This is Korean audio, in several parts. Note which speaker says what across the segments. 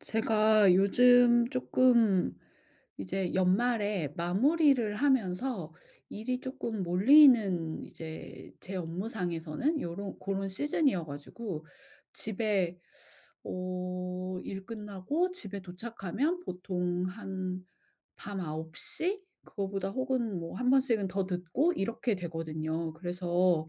Speaker 1: 제가 요즘 조금 이제 연말에 마무리를 하면서 일이 조금 몰리는 이제 제 업무상에서는 요런 고런 시즌이어 가지고 집에 어 일 끝나고 집에 도착하면 보통 한 밤9시 그거보다 혹은 뭐 한 번씩은 더 듣고 이렇게 되거든요. 그래서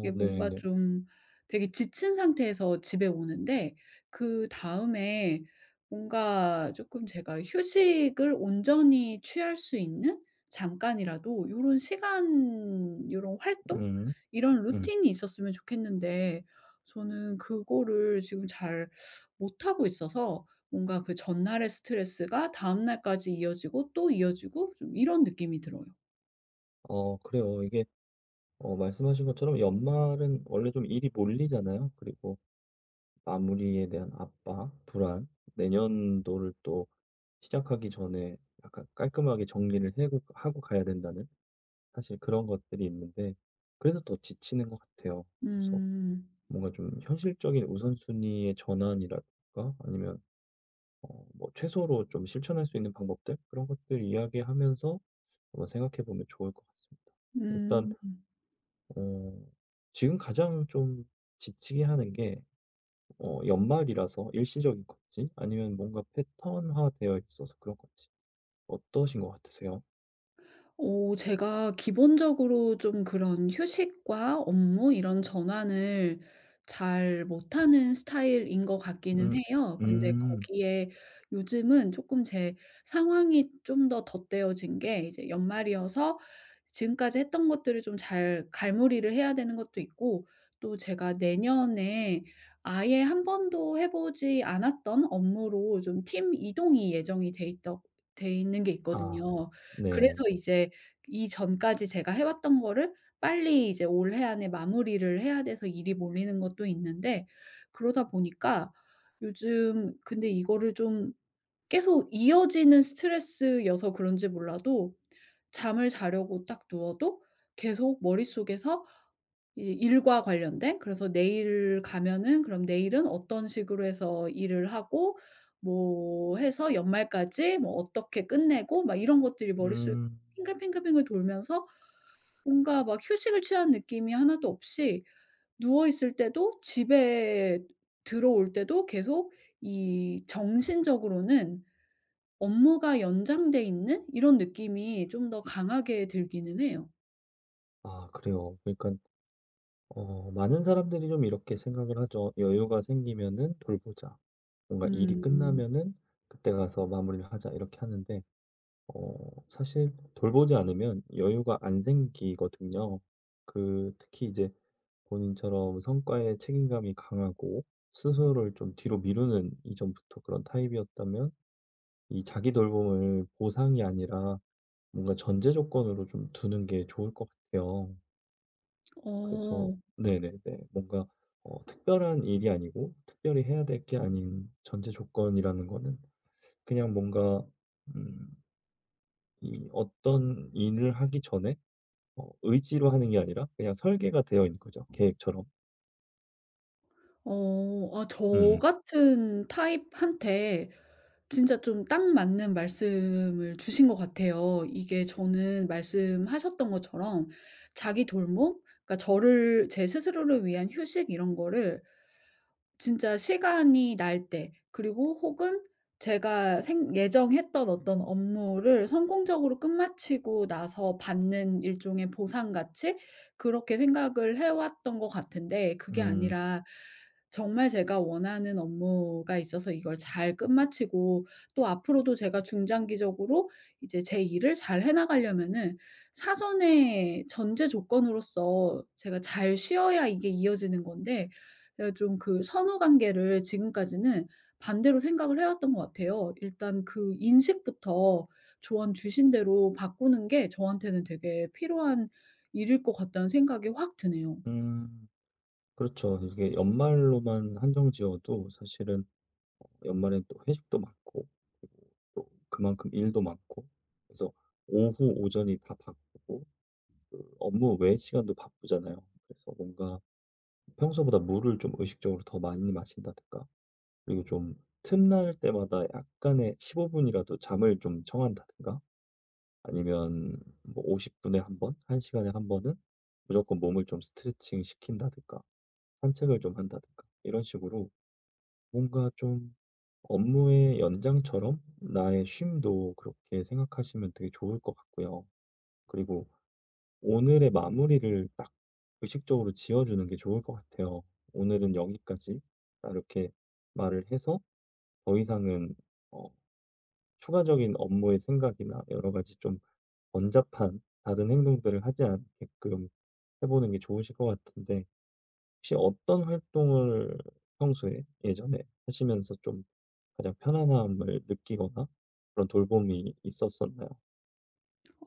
Speaker 1: 이게 뭔가
Speaker 2: 네네.
Speaker 1: 좀 되게 지친 상태에서 집에 오는데 그다음에 뭔가 조금 제가 휴식을 온전히 취할 수 있는, 잠깐이라도 이런 시간, 이런 활동,
Speaker 2: 음.
Speaker 1: 이런
Speaker 2: 음.
Speaker 1: 루틴이 있었으면 좋겠는데, 저는 그거를 지금 잘 못하고 있어서 뭔가 그 전날의 스트레스가 다음 날까지 이어지고 또 이어지고, 좀 이런 느낌이 들어요.
Speaker 2: 그래요. 이게 말씀하신 것처럼 연말은 원래 좀 일이 몰리잖아요. 그리고 마무리에 대한 압박, 불안, 내년도를 또 시작하기 전에 약간 깔끔하게 정리를 해고 하고 가야 된다는 사실 그런 것들이 있는데 그래서 더 지치는 것 같아요. 그래서
Speaker 1: 음.
Speaker 2: 뭔가 좀 현실적인 우선순위의 전환이랄까? 아니면 뭐 최소로 좀 실천할 수 있는 방법들 그런 것들 이야기하면서 한번 생각해 보면 좋을 것 같습니다. 일단
Speaker 1: 음.
Speaker 2: 어 지금 가장 좀 지치게 하는 게 연말이라서 일시적인 건지 아니면 뭔가 패턴화되어 있어서 그런 건지 어떠신 것 같으세요?
Speaker 1: 제가 기본적으로 좀 그런 휴식과 업무 이런 전환을 잘 못하는 스타일인 것 같기는
Speaker 2: 음.
Speaker 1: 해요. 근데
Speaker 2: 음.
Speaker 1: 거기에 요즘은 조금 제 상황이 좀 더 덧대어진 게, 이제 연말이어서 지금까지 했던 것들을 좀 잘 갈무리를 해야 되는 것도 있고, 또 제가 내년에 아예 한 번도 해 보지 않았던 업무로 좀 팀 이동이 예정이 돼 있는 게
Speaker 2: 아.
Speaker 1: 있거든요.
Speaker 2: 네.
Speaker 1: 그래서 이제 이전까지 제가 해 왔던 거를 빨리 이제 올해 안에 마무리를 해야 돼서 일이 몰리는 것도 있는데, 그러다 보니까 요즘 근데 이거를 좀 계속 이어지는 스트레스여서 그런지 몰라도, 잠을 자려고 딱 누워도 계속 머릿속에서 이 일과 관련된, 그래서 내일 가면은 그럼 내일은 어떤 식으로 해서 일을 하고 뭐 해서 연말까지 뭐 어떻게 끝내고 막 이런 것들이 머릿속에
Speaker 2: 음.
Speaker 1: 핑글핑글핑글 돌면서, 뭔가 막 휴식을 취한 느낌이 하나도 없이 누워 있을 때도, 집에 들어올 때도 계속 이 정신적으로는 업무가 연장돼 있는 이런 느낌이 좀 더 강하게 들기는 해요.
Speaker 2: 아 그래요. 그러니까 많은 사람들이 좀 이렇게 생각을 하죠. '여유가 생기면은 돌보자. 뭔가 일이
Speaker 1: 음.
Speaker 2: 끝나면은 그때 가서 마무리를 하자.' 이렇게 하는데 어 사실 돌보지 않으면 여유가 안 생기거든요. 그 특히 이제 본인처럼 성과에 책임감이 강하고 스스로를 좀 뒤로 미루는 이전부터 그런 타입이었다면 이 자기 돌봄을 보상이 아니라 뭔가 전제 조건으로 좀 두는 게 좋을 것 같아요. 그래서
Speaker 1: 어.
Speaker 2: 네네네. 뭔가 특별한 일이 아니고 특별히 해야 될 게 아닌 전제 조건이라는 거는 그냥 뭔가 음 이 어떤 일을 하기 전에 의지로 하는 게 아니라 그냥 설계가 되어 있는 거죠, 계획처럼.
Speaker 1: 어. 아, 저
Speaker 2: 음음.
Speaker 1: 같은 타입한테 진짜 좀 딱 맞는 말씀을 주신 것 같아요. 이게 저는 말씀하셨던 것처럼 자기 돌봄, 그러니까 저를, 제 스스로를 위한 휴식 이런 거를 진짜 시간이 날 때, 그리고 혹은 제가 생 예정했던 어떤 업무를 성공적으로 끝마치고 나서 받는 일종의 보상같이 그렇게 생각을 해 왔던 것 같은데, 그게
Speaker 2: 음.
Speaker 1: 아니라 정말 제가 원하는 업무가 있어서 이걸 잘 끝마치고, 또 앞으로도 제가 중장기적으로 이제 제 일을 잘 해 나가려면은 사전에 전제 조건으로서 제가 잘 쉬어야 이게 이어지는 건데, 제가 좀 그 선후 관계를 지금까지는 반대로 생각을 해 왔던 것 같아요. 일단 그 인식부터 조언 주신 대로 바꾸는 게 저한테는 되게 필요한 일일 것 같다는 생각이 확 드네요.
Speaker 2: 음, 그렇죠. 이게 연말로만 한정 지어도 사실은 연말엔 또 회식도 많고 그리고 또 그만큼 일도 많고 그래서 오후, 오전이 다 바쁘고 그 업무 외의 시간도 바쁘잖아요. 그래서 뭔가 평소보다 물을 좀 의식적으로 더 많이 마신다든가 그리고 좀 틈날 때마다 약간의 15분 분이라도 잠을 좀 청한다든가 아니면 뭐 50분 분에 한 번, 1시간 시간에 한 번은 무조건 몸을 좀 스트레칭 시킨다든가 산책을 좀 한다든가 이런 식으로 뭔가 좀 업무의 연장처럼 나의 쉼도 그렇게 생각하시면 되게 좋을 것 같고요. 그리고 오늘의 마무리를 딱 의식적으로 지어주는 게 좋을 것 같아요. "오늘은 여기까지." 딱 이렇게 말을 해서 더 이상은 어 추가적인 업무의 생각이나 여러 가지 좀 번잡한 다른 행동들을 하지 않게끔 해 보는 게 좋으실 것 같은데 혹시 어떤 활동을 평소에 예전에 하시면서 좀 가장 편안함을 느끼거나 그런 돌봄이 있었었나요?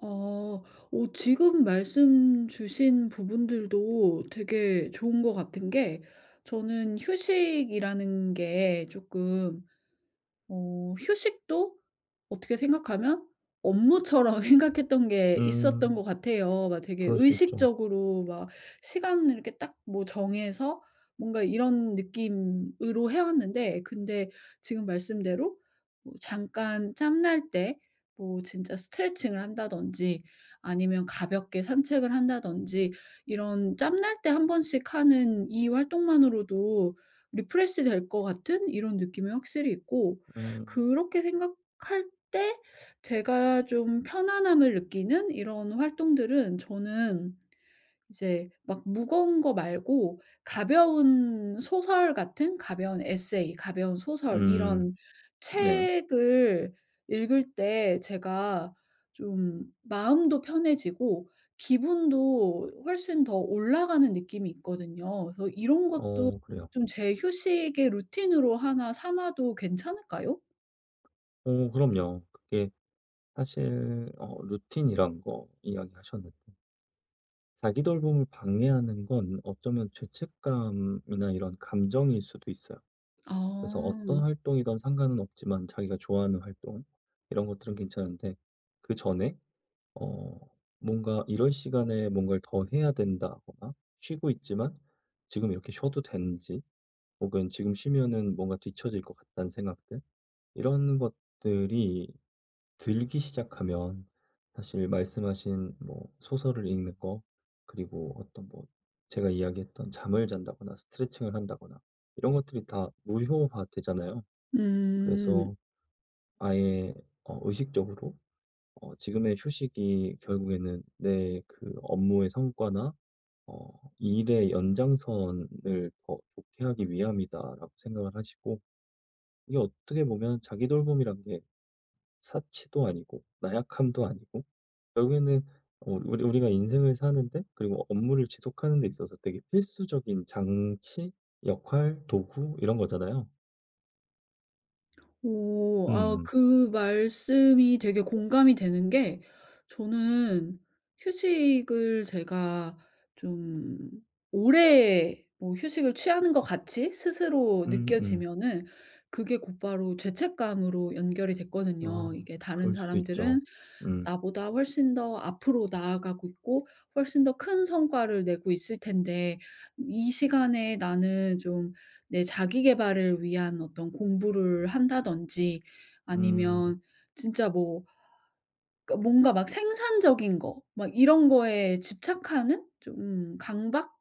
Speaker 1: 어. 지금 말씀 주신 부분들도 되게 좋은 것 같은 게, 저는 휴식이라는 게 조금 휴식도 어떻게 생각하면 업무처럼 생각했던 게 있었던 것
Speaker 2: 음.
Speaker 1: 같아요. 막 되게
Speaker 2: 그럴 수 있죠.
Speaker 1: 의식적으로 막 시간을 이렇게 딱 뭐 정해서 뭔가 이런 느낌으로 해 왔는데, 근데 지금 말씀대로 뭐 잠깐 짬날 때 뭐 진짜 스트레칭을 한다든지, 아니면 가볍게 산책을 한다든지 이런 짬날 때 한 번씩 하는 이 활동만으로도 리프레시 될 것 같은 이런 느낌이 확실히 있고,
Speaker 2: 음.
Speaker 1: 그렇게 생각 할 때 제가 좀 편안함을 느끼는 이런 활동들은, 저는 이제 막 무거운 거 말고 가벼운 소설 같은, 가벼운 에세이, 가벼운 소설
Speaker 2: 음.
Speaker 1: 이런
Speaker 2: 네.
Speaker 1: 책을 읽을 때 제가 좀 마음도 편해지고 기분도 훨씬 더 올라가는 느낌이 있거든요. 그래서 이런 것도
Speaker 2: 어 그래요.
Speaker 1: 좀 제 휴식의 루틴으로 하나 삼아도 괜찮을까요?
Speaker 2: 어 그럼요. 그게 사실 루틴이란 거 이야기하셨는데 자기 돌봄을 방해하는 건 어쩌면 죄책감이나 이런 감정일 수도 있어요. 그래서 어떤
Speaker 1: 아.
Speaker 2: 활동이든 상관은 없지만 자기가 좋아하는 활동 이런 것들은 괜찮은데 그전에 어 뭔가 '이럴 시간에 뭔가를 더 해야 된다.'거나 '쉬고 있지만 지금 이렇게 쉬어도 되는지.' 혹은 '지금 쉬면은 뭔가 뒤처질 것 같다.'는 생각들 이런 것들이 들기 시작하면 사실 말씀하신 뭐 소설을 읽는 거 그리고 어떤 뭐 제가 이야기했던 잠을 잔다거나 스트레칭을 한다거나 이런 것들이 다 무효화 되잖아요.
Speaker 1: 음.
Speaker 2: 그래서 아예 의식적으로 지금의 휴식이 결국에는 내 그 업무의 성과나 일의 연장선을 더 좋게 하기 위함이다라고 생각을 하시고 이게 어떻게 보면 자기 돌봄이란 게 사치도 아니고 나약함도 아니고 결국에는 우리가 인생을 사는데 그리고 업무를 지속하는 데 있어서 되게 필수적인 장치, 역할, 도구 이런 거잖아요.
Speaker 1: 오. 아,
Speaker 2: 음.
Speaker 1: 그 말씀이 되게 공감이 되는 게, 저는 휴식을 제가 좀 오래 뭐 휴식을 취하는 것 같이 스스로
Speaker 2: 음음.
Speaker 1: 느껴지면은 그게 곧바로 죄책감으로 연결이
Speaker 2: 아
Speaker 1: 됐거든요. 이게 다른
Speaker 2: 그럴 수 있죠.
Speaker 1: 사람들은
Speaker 2: 음.
Speaker 1: 나보다 훨씬 더 앞으로 나아가고 있고 훨씬 더 큰 성과를 내고 있을 텐데, 이 시간에 나는 좀 내 자기 계발을 위한 어떤 공부를 한다든지,
Speaker 2: 음.
Speaker 1: 아니면 진짜 뭐, 그러니까 뭔가 막 생산적인 거, 막 이런 거에 집착하는 좀 강박,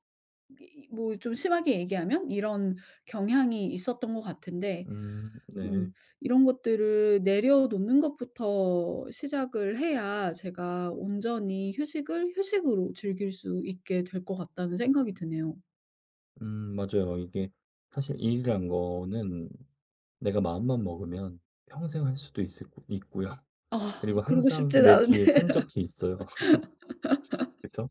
Speaker 1: 뭐 좀 심하게 얘기하면 이런 경향이 있었던 것 같은데,
Speaker 2: 음. 네.
Speaker 1: 좀 이런 것들을 내려놓는 것부터 시작을 해야 제가 온전히 휴식을 휴식으로 즐길 수 있게 될 것 같다는 생각이 드네요.
Speaker 2: 음 맞아요. 이게 사실 일이란 거는 내가 마음만 먹으면 평생 할 수도 있을 있고요.
Speaker 1: 아,
Speaker 2: 그리고
Speaker 1: 그러고
Speaker 2: 항상
Speaker 1: 싶진
Speaker 2: 내
Speaker 1: 않은데
Speaker 2: 뒤에 산적이 있어요. 그쵸?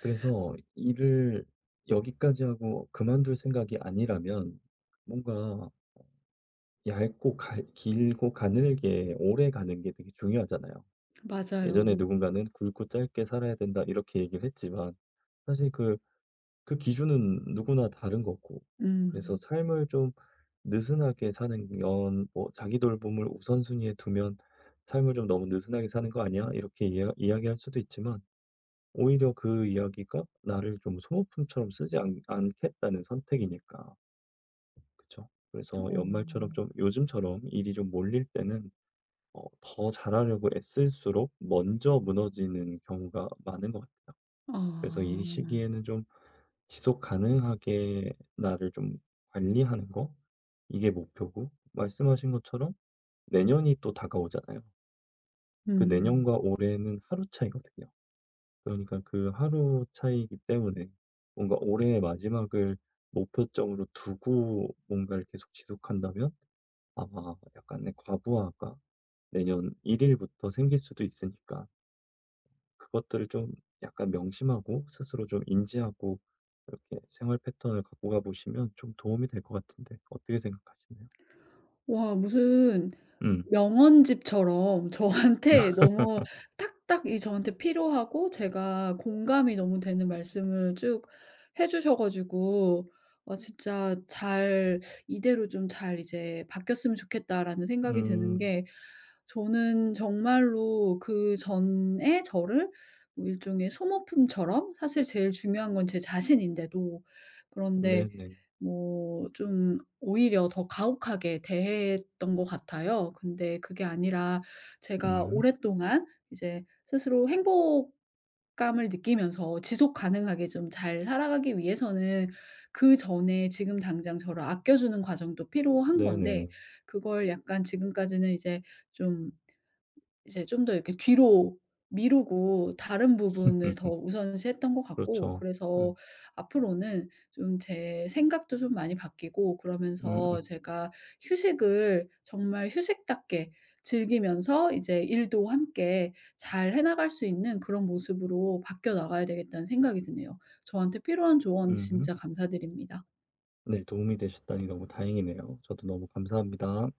Speaker 2: 그래서 일을 여기까지 하고 그만둘 생각이 아니라면 뭔가 길고 가늘게 오래 가는 게 되게 중요하잖아요. 예전에
Speaker 1: 맞아요.
Speaker 2: 누군가는 굵고 짧게 살아야 된다 이렇게 얘기를 했지만 사실 그, 그 기준은 누구나 다른 거고 그래서
Speaker 1: 음.
Speaker 2: 삶을 좀 느슨하게 사는 건 뭐 자기 돌봄을 우선순위에 두면 삶을 좀 너무 느슨하게 사는 거 아니야? 이렇게 이야기할 수도 있지만 오히려 그 이야기가 나를 좀 소모품처럼 쓰지 않겠다는 선택이니까. 그쵸? 그래서
Speaker 1: 어.
Speaker 2: 연말처럼 좀 요즘처럼 일이 좀 몰릴 때는 어, 더 잘하려고 애쓸수록 먼저 무너지는 경우가 많은 것 같아요. 그래서 이
Speaker 1: 아.
Speaker 2: 시기에는 좀 지속 가능하게 나를 좀 관리하는 거? 이게 목표고, 말씀하신 것처럼 내년이 또 다가오잖아요. 그
Speaker 1: 음.
Speaker 2: 내년과 올해는 하루 차이거든요. 그러니까 그 하루 차이이기 때문에 뭔가 올해의 마지막을 목표점으로 두고 뭔가를 계속 지속한다면 아마 약간의 과부하가 내년 1일부터 생길 수도 있으니까 그것들을 좀 약간 명심하고 스스로 좀 인지하고 이렇게 생활 패턴을 갖고 가 보시면 좀 도움이 될 것 같은데 어떻게 생각하시나요?
Speaker 1: 와, 무슨
Speaker 2: 음.
Speaker 1: 명언집처럼 저한테 너무 딱딱 이 저한테 필요하고 제가 공감이 너무 되는 말씀을 쭉 해 주셔 가지고, 진짜 잘 '이대로 좀 잘 이제 바뀌었으면 좋겠다.'라는 생각이 드는
Speaker 2: 음.
Speaker 1: 게, 저는 정말로 그전에 저를 뭐 일종의 소모품처럼, 사실 제일 중요한 건 제 자신인데도 그런데
Speaker 2: 네네.
Speaker 1: 뭐, 좀 오히려 더 가혹하게 대했던 것 같아요. 근데 그게 아니라 제가
Speaker 2: 음.
Speaker 1: 오랫동안 이제 스스로 행복감을 느끼면서 지속 가능하게 좀 잘 살아가기 위해서는, 그전에 지금 당장 저를 아껴 주는 과정도 필요한
Speaker 2: 네네.
Speaker 1: 건데, 그걸 약간 지금까지는 이제 좀 이제 좀 더 이렇게 뒤로 미루고 다른 부분을 더 우선시했던 것 같고,
Speaker 2: 그렇죠.
Speaker 1: 그래서
Speaker 2: 음.
Speaker 1: 앞으로는 좀 제 생각도 좀 많이 바뀌고,
Speaker 2: 음음.
Speaker 1: 그러면서
Speaker 2: 음.
Speaker 1: 제가 휴식을 정말 휴식답게 즐기면서 이제 일도 함께 잘 해 나갈 수 있는 그런 모습으로 바뀌어 나가야 되겠다는 생각이 드네요. 저한테 필요한 조언
Speaker 2: 음.
Speaker 1: 진짜 감사드립니다.
Speaker 2: 네, 도움이 되셨다니 너무 다행이네요. 저도 너무 감사합니다.